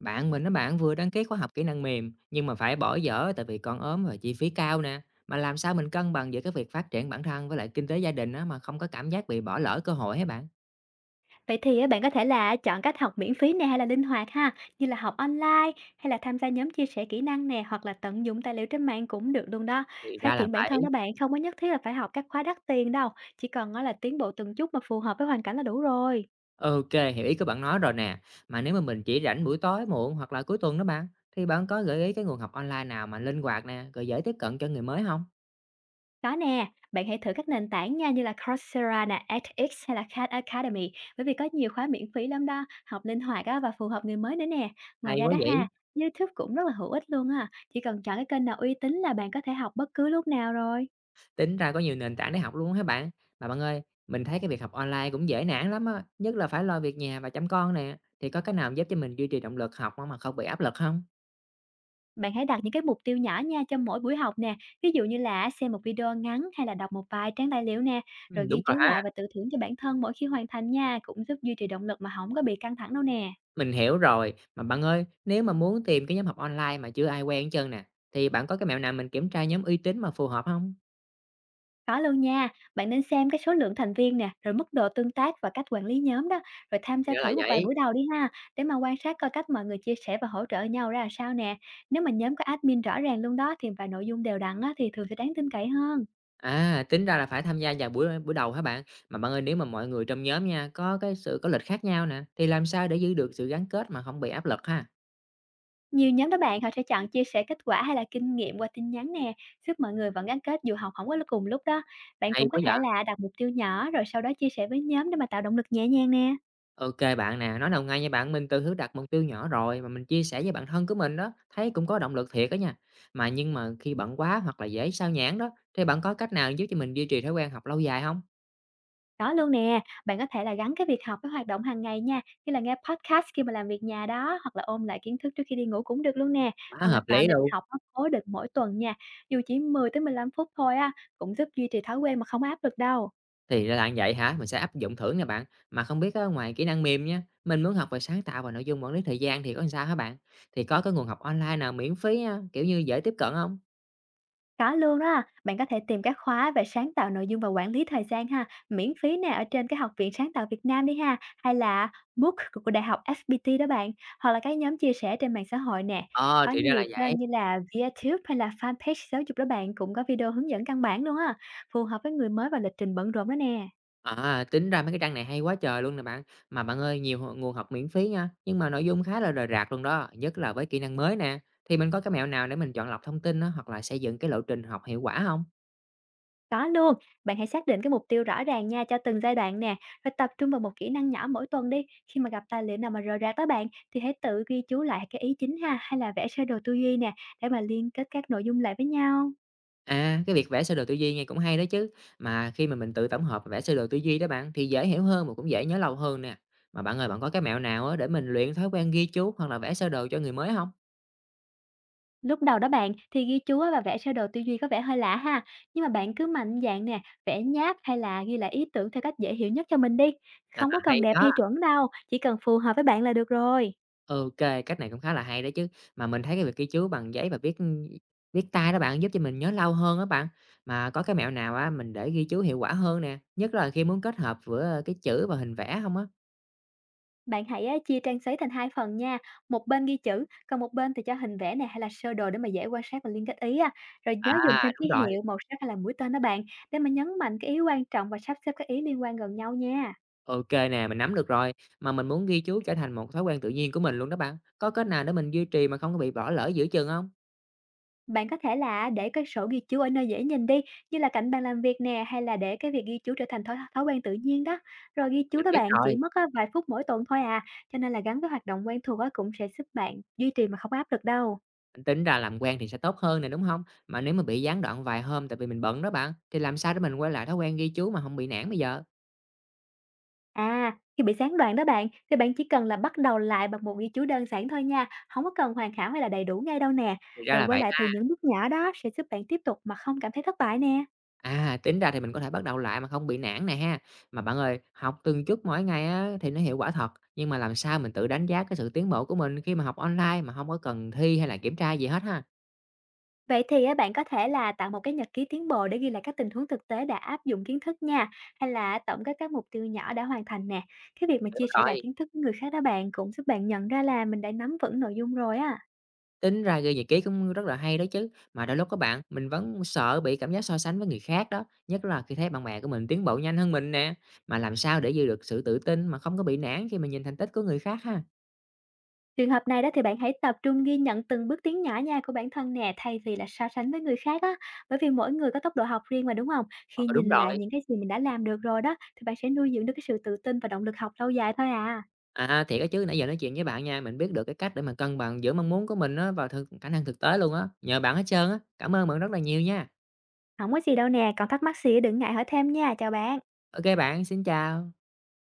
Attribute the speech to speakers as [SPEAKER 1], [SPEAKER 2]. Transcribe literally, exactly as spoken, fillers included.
[SPEAKER 1] Bạn mình nó bạn vừa đăng ký khóa học kỹ năng mềm nhưng mà phải bỏ dở tại vì con ốm và chi phí cao nè. Mà làm sao mình cân bằng giữa cái việc phát triển bản thân với lại kinh tế gia đình á mà không có cảm giác bị bỏ lỡ cơ hội hả bạn?
[SPEAKER 2] Vậy thì á, bạn có thể là chọn cách học miễn phí nè hay là linh hoạt ha, như là học online hay là tham gia nhóm chia sẻ kỹ năng nè, hoặc là tận dụng tài liệu trên mạng cũng được luôn đó.
[SPEAKER 1] Thì ra
[SPEAKER 2] Phát
[SPEAKER 1] là
[SPEAKER 2] triển bản thân
[SPEAKER 1] vậy.
[SPEAKER 2] đó bạn không có nhất thiết là phải học các khóa đắt tiền đâu, chỉ cần á là tiến bộ từng chút mà phù hợp với hoàn cảnh là đủ rồi.
[SPEAKER 1] Ok, hiểu ý của bạn nói rồi nè. Mà nếu mà mình chỉ rảnh buổi tối muộn hoặc là cuối tuần đó bạn, thì bạn có gợi ý cái nguồn học online nào mà linh hoạt nè, rồi dễ tiếp cận cho người mới không?
[SPEAKER 2] Có nè, bạn hãy thử các nền tảng nha như là Coursera nè, edX hay là Khan Academy, bởi vì có nhiều khóa miễn phí lắm đó, học linh hoạt á và phù hợp người mới nữa nè. Ngoài
[SPEAKER 1] Hay
[SPEAKER 2] ra
[SPEAKER 1] quá
[SPEAKER 2] đó
[SPEAKER 1] vậy.
[SPEAKER 2] ha, YouTube cũng rất là hữu ích luôn á, chỉ cần chọn cái kênh nào uy tín là bạn có thể học bất cứ lúc nào rồi.
[SPEAKER 1] Tính ra có nhiều nền tảng để học luôn á hả bạn? Mà bạn ơi, mình thấy cái việc học online cũng dễ nản lắm á, nhất là phải lo việc nhà và chăm con nè. Thì có cái nào giúp cho mình duy trì động lực học mà không bị áp lực không?
[SPEAKER 2] Bạn hãy đặt những cái mục tiêu nhỏ nha cho mỗi buổi học nè, ví dụ như là xem một video ngắn hay là đọc một vài trang tài liệu nè, rồi
[SPEAKER 1] Ừm, đúng
[SPEAKER 2] ghi
[SPEAKER 1] rồi
[SPEAKER 2] chú
[SPEAKER 1] ha,
[SPEAKER 2] lại và tự thưởng cho bản thân mỗi khi hoàn thành nha, cũng giúp duy trì động lực mà không có bị căng thẳng đâu nè.
[SPEAKER 1] mình hiểu rồi. Mà bạn ơi, nếu mà muốn tìm cái nhóm học online mà chưa ai quen hết trơn nè, thì bạn có cái mẹo nào mình kiểm tra nhóm uy tín mà phù hợp không?
[SPEAKER 2] Có luôn nha, bạn nên xem cái số lượng thành viên nè, rồi mức độ tương tác và cách quản lý nhóm đó, rồi tham
[SPEAKER 1] Thì
[SPEAKER 2] gia
[SPEAKER 1] ra là
[SPEAKER 2] thử một vài
[SPEAKER 1] vậy.
[SPEAKER 2] buổi đầu đi ha, để mà quan sát coi cách mọi người chia sẻ và hỗ trợ nhau ra là sao nè. Nếu mà nhóm có admin rõ ràng luôn đó thì và nội dung đều đặn á, thì thường sẽ đáng tin cậy hơn.
[SPEAKER 1] À, tính ra là phải tham gia vào buổi buổi đầu hả bạn? Mà bạn ơi, nếu mà mọi người trong nhóm nha, có cái sự có lịch khác nhau nè, thì làm sao để giữ được sự gắn kết mà không bị áp lực ha?
[SPEAKER 2] Nhiều nhóm đó bạn, họ sẽ chọn chia sẻ kết quả hay là kinh nghiệm qua tin nhắn nè, giúp mọi người vẫn gắn kết dù học không có cùng lúc đó. Bạn
[SPEAKER 1] Hay
[SPEAKER 2] cũng có
[SPEAKER 1] quá vậy!
[SPEAKER 2] thể là đặt mục tiêu nhỏ rồi sau đó chia sẻ với nhóm để mà tạo động lực nhẹ nhàng nè.
[SPEAKER 1] OK bạn nè, nói đầu ngay nha bạn, mình từ thứ đặt mục tiêu nhỏ rồi mà mình chia sẻ với bạn thân của mình đó, thấy cũng có động lực thiệt đó nha. Mà nhưng mà khi bận quá hoặc là dễ sao nhãng đó, thì bạn có cách nào giúp cho mình duy trì thói quen học lâu dài không?
[SPEAKER 2] Đó luôn nè, bạn có thể là gắn cái việc học với hoạt động hàng ngày nha, như là nghe podcast khi mà làm việc nhà đó, hoặc là ôn lại kiến thức trước khi đi ngủ cũng được luôn nè,
[SPEAKER 1] Quá
[SPEAKER 2] hoặc là
[SPEAKER 1] hợp
[SPEAKER 2] tạo
[SPEAKER 1] lý
[SPEAKER 2] lịch
[SPEAKER 1] luôn.
[SPEAKER 2] học nó cố định mỗi tuần nha, dù chỉ mười tới mười lăm phút thôi á, cũng giúp duy trì thói quen mà không áp lực đâu.
[SPEAKER 1] Thì ra là như vậy hả? Mình sẽ áp dụng thử nè bạn. Mà không biết á, ngoài kỹ năng mềm nha, mình muốn học về sáng tạo và nội dung quản lý thời gian thì có làm sao hả bạn? Thì có cái nguồn học online nào miễn phí á, kiểu như dễ tiếp cận không?
[SPEAKER 2] Có luôn đó, bạn có thể tìm các khóa về sáng tạo nội dung và quản lý thời gian ha, miễn phí nè ở trên cái Học viện Sáng tạo Việt Nam đi ha, hay là book của của Đại học ép pê tê đó bạn, hoặc là cái nhóm chia sẻ trên mạng xã hội nè.
[SPEAKER 1] Ờ,
[SPEAKER 2] Có
[SPEAKER 1] thì ra là
[SPEAKER 2] nhiều
[SPEAKER 1] vậy.
[SPEAKER 2] kênh như là Vietube hay là fanpage giáo dục đó bạn cũng có video hướng dẫn căn bản luôn á, phù hợp với người mới và lịch trình bận rộn đó nè.
[SPEAKER 1] À, tính ra mấy cái trang này hay quá trời luôn nè bạn. Mà bạn ơi, nhiều h- nguồn học miễn phí nha, nhưng mà nội dung khá là rời rạc luôn đó, nhất là với kỹ năng mới nè. Thì mình có cái mẹo nào để mình chọn lọc thông tin đó, hoặc là xây dựng cái lộ trình học hiệu quả không?
[SPEAKER 2] Có luôn, bạn hãy xác định cái mục tiêu rõ ràng nha cho từng giai đoạn nè, rồi tập trung vào một kỹ năng nhỏ mỗi tuần đi. Khi mà gặp tài liệu nào mà rời rạc đó bạn, thì hãy tự ghi chú lại cái ý chính ha, hay là vẽ sơ đồ tư duy nè, để mà liên kết các nội dung lại với nhau.
[SPEAKER 1] À, cái việc vẽ sơ đồ tư duy nghe cũng hay đó chứ. Mà khi mà mình tự tổng hợp và vẽ sơ đồ tư duy đó bạn thì dễ hiểu hơn mà cũng dễ nhớ lâu hơn nè. Mà bạn ơi, bạn có cái mẹo nào á để mình luyện thói quen ghi chú hoặc là vẽ sơ đồ cho người mới không?
[SPEAKER 2] Lúc đầu đó bạn, thì ghi chú á và vẽ sơ đồ tư duy có vẻ hơi lạ ha, nhưng mà bạn cứ mạnh dạn nè, vẽ nháp hay là ghi lại ý tưởng theo cách dễ hiểu nhất cho mình đi.
[SPEAKER 1] À,
[SPEAKER 2] Không có cần
[SPEAKER 1] hay
[SPEAKER 2] đẹp
[SPEAKER 1] đó.
[SPEAKER 2] hay chuẩn đâu, chỉ cần phù hợp với bạn là được rồi.
[SPEAKER 1] Ok, cách này cũng khá là hay đấy chứ. Mà mình thấy cái việc ghi chú bằng giấy và viết, viết tay đó bạn, giúp cho mình nhớ lâu hơn đó bạn. Mà có cái mẹo nào á mình để ghi chú hiệu quả hơn nè, nhất là khi muốn kết hợp giữa cái chữ và hình vẽ không á?
[SPEAKER 2] Bạn hãy á, chia trang giấy thành hai phần nha, một bên ghi chữ, còn một bên thì cho hình vẽ này hay là sơ đồ để mà dễ quan sát và liên kết ý á. Rồi nhớ dùng
[SPEAKER 1] À,
[SPEAKER 2] thêm
[SPEAKER 1] đúng
[SPEAKER 2] ký
[SPEAKER 1] rồi,
[SPEAKER 2] hiệu, màu sắc hay là mũi tên đó bạn, để mà nhấn mạnh cái ý quan trọng và sắp xếp các ý liên quan gần nhau nha.
[SPEAKER 1] ok nè, mình nắm được rồi. Mà mình muốn ghi chú trở thành một thói quen tự nhiên của mình luôn đó bạn. Có cách nào để mình duy trì mà không có bị bỏ lỡ giữa chừng không?
[SPEAKER 2] Bạn có thể là để cái sổ ghi chú ở nơi dễ nhìn đi, như là cạnh bàn làm việc nè, hay là để cái việc ghi chú trở thành thói, thói quen tự nhiên đó. Rồi ghi chú
[SPEAKER 1] Mình
[SPEAKER 2] đó
[SPEAKER 1] biết
[SPEAKER 2] bạn chỉ
[SPEAKER 1] rồi,
[SPEAKER 2] mất á, vài phút mỗi tuần thôi à, cho nên là gắn với hoạt động quen thuộc á, cũng sẽ giúp bạn duy trì mà không áp lực đâu.
[SPEAKER 1] mình tính ra làm quen thì sẽ tốt hơn nè, đúng không? Mà nếu mà bị gián đoạn vài hôm tại vì mình bận đó bạn, thì làm sao để mình quay lại thói quen ghi chú mà không bị nản bây giờ?
[SPEAKER 2] À, khi bị gián đoạn đó bạn, thì bạn chỉ cần là bắt đầu lại bằng một ghi chú đơn giản thôi nha, không có cần hoàn hảo hay là đầy đủ ngay đâu nè.
[SPEAKER 1] Thì ra
[SPEAKER 2] Rồi
[SPEAKER 1] là
[SPEAKER 2] quay
[SPEAKER 1] vậy.
[SPEAKER 2] lại từ những bước nhỏ đó sẽ giúp bạn tiếp tục mà không cảm thấy thất bại nè.
[SPEAKER 1] À, tính ra thì mình có thể bắt đầu lại mà không bị nản nè ha. Mà bạn ơi, học từng chút mỗi ngày á, thì nó hiệu quả thật, nhưng mà làm sao mình tự đánh giá cái sự tiến bộ của mình khi mà học online mà không có cần thi hay là kiểm tra gì hết ha?
[SPEAKER 2] Vậy thì á, bạn có thể là tạo một cái nhật ký tiến bộ để ghi lại các tình huống thực tế đã áp dụng kiến thức nha, hay là tổng kết các mục tiêu nhỏ đã hoàn thành nè. Cái việc mà chia
[SPEAKER 1] Đúng
[SPEAKER 2] sẻ lại
[SPEAKER 1] rồi,
[SPEAKER 2] kiến thức với người khác đó bạn cũng giúp bạn nhận ra là mình đã nắm vững nội dung rồi á.
[SPEAKER 1] tính ra ghi nhật ký cũng rất là hay đó chứ. Mà đôi lúc các bạn, mình vẫn sợ bị cảm giác so sánh với người khác đó, nhất là khi thấy bạn bè của mình tiến bộ nhanh hơn mình nè. Mà làm sao để giữ được sự tự tin mà không có bị nản khi mà nhìn thành tích của người khác ha?
[SPEAKER 2] Trường hợp này đó thì bạn hãy tập trung ghi nhận từng bước tiến nhỏ nha của bản thân nè, thay vì là so sánh với người khác á, bởi vì mỗi người có tốc độ học riêng mà đúng không?
[SPEAKER 1] Ờ,
[SPEAKER 2] Khi
[SPEAKER 1] đúng
[SPEAKER 2] nhìn lại
[SPEAKER 1] rồi.
[SPEAKER 2] những cái gì mình đã làm được rồi đó thì bạn sẽ nuôi dưỡng được cái sự tự tin và động lực học lâu dài thôi à.
[SPEAKER 1] À, thiệt á chứ, nãy giờ nói chuyện với bạn nha, mình biết được cái cách để mà cân bằng giữa mong muốn của mình á và thực khả năng thực tế luôn á, nhờ bạn hết trơn á. Cảm ơn bạn rất là nhiều nha.
[SPEAKER 2] Không có gì đâu nè, còn thắc mắc gì đừng ngại hỏi thêm nha, chào bạn.
[SPEAKER 1] Ok bạn, xin chào.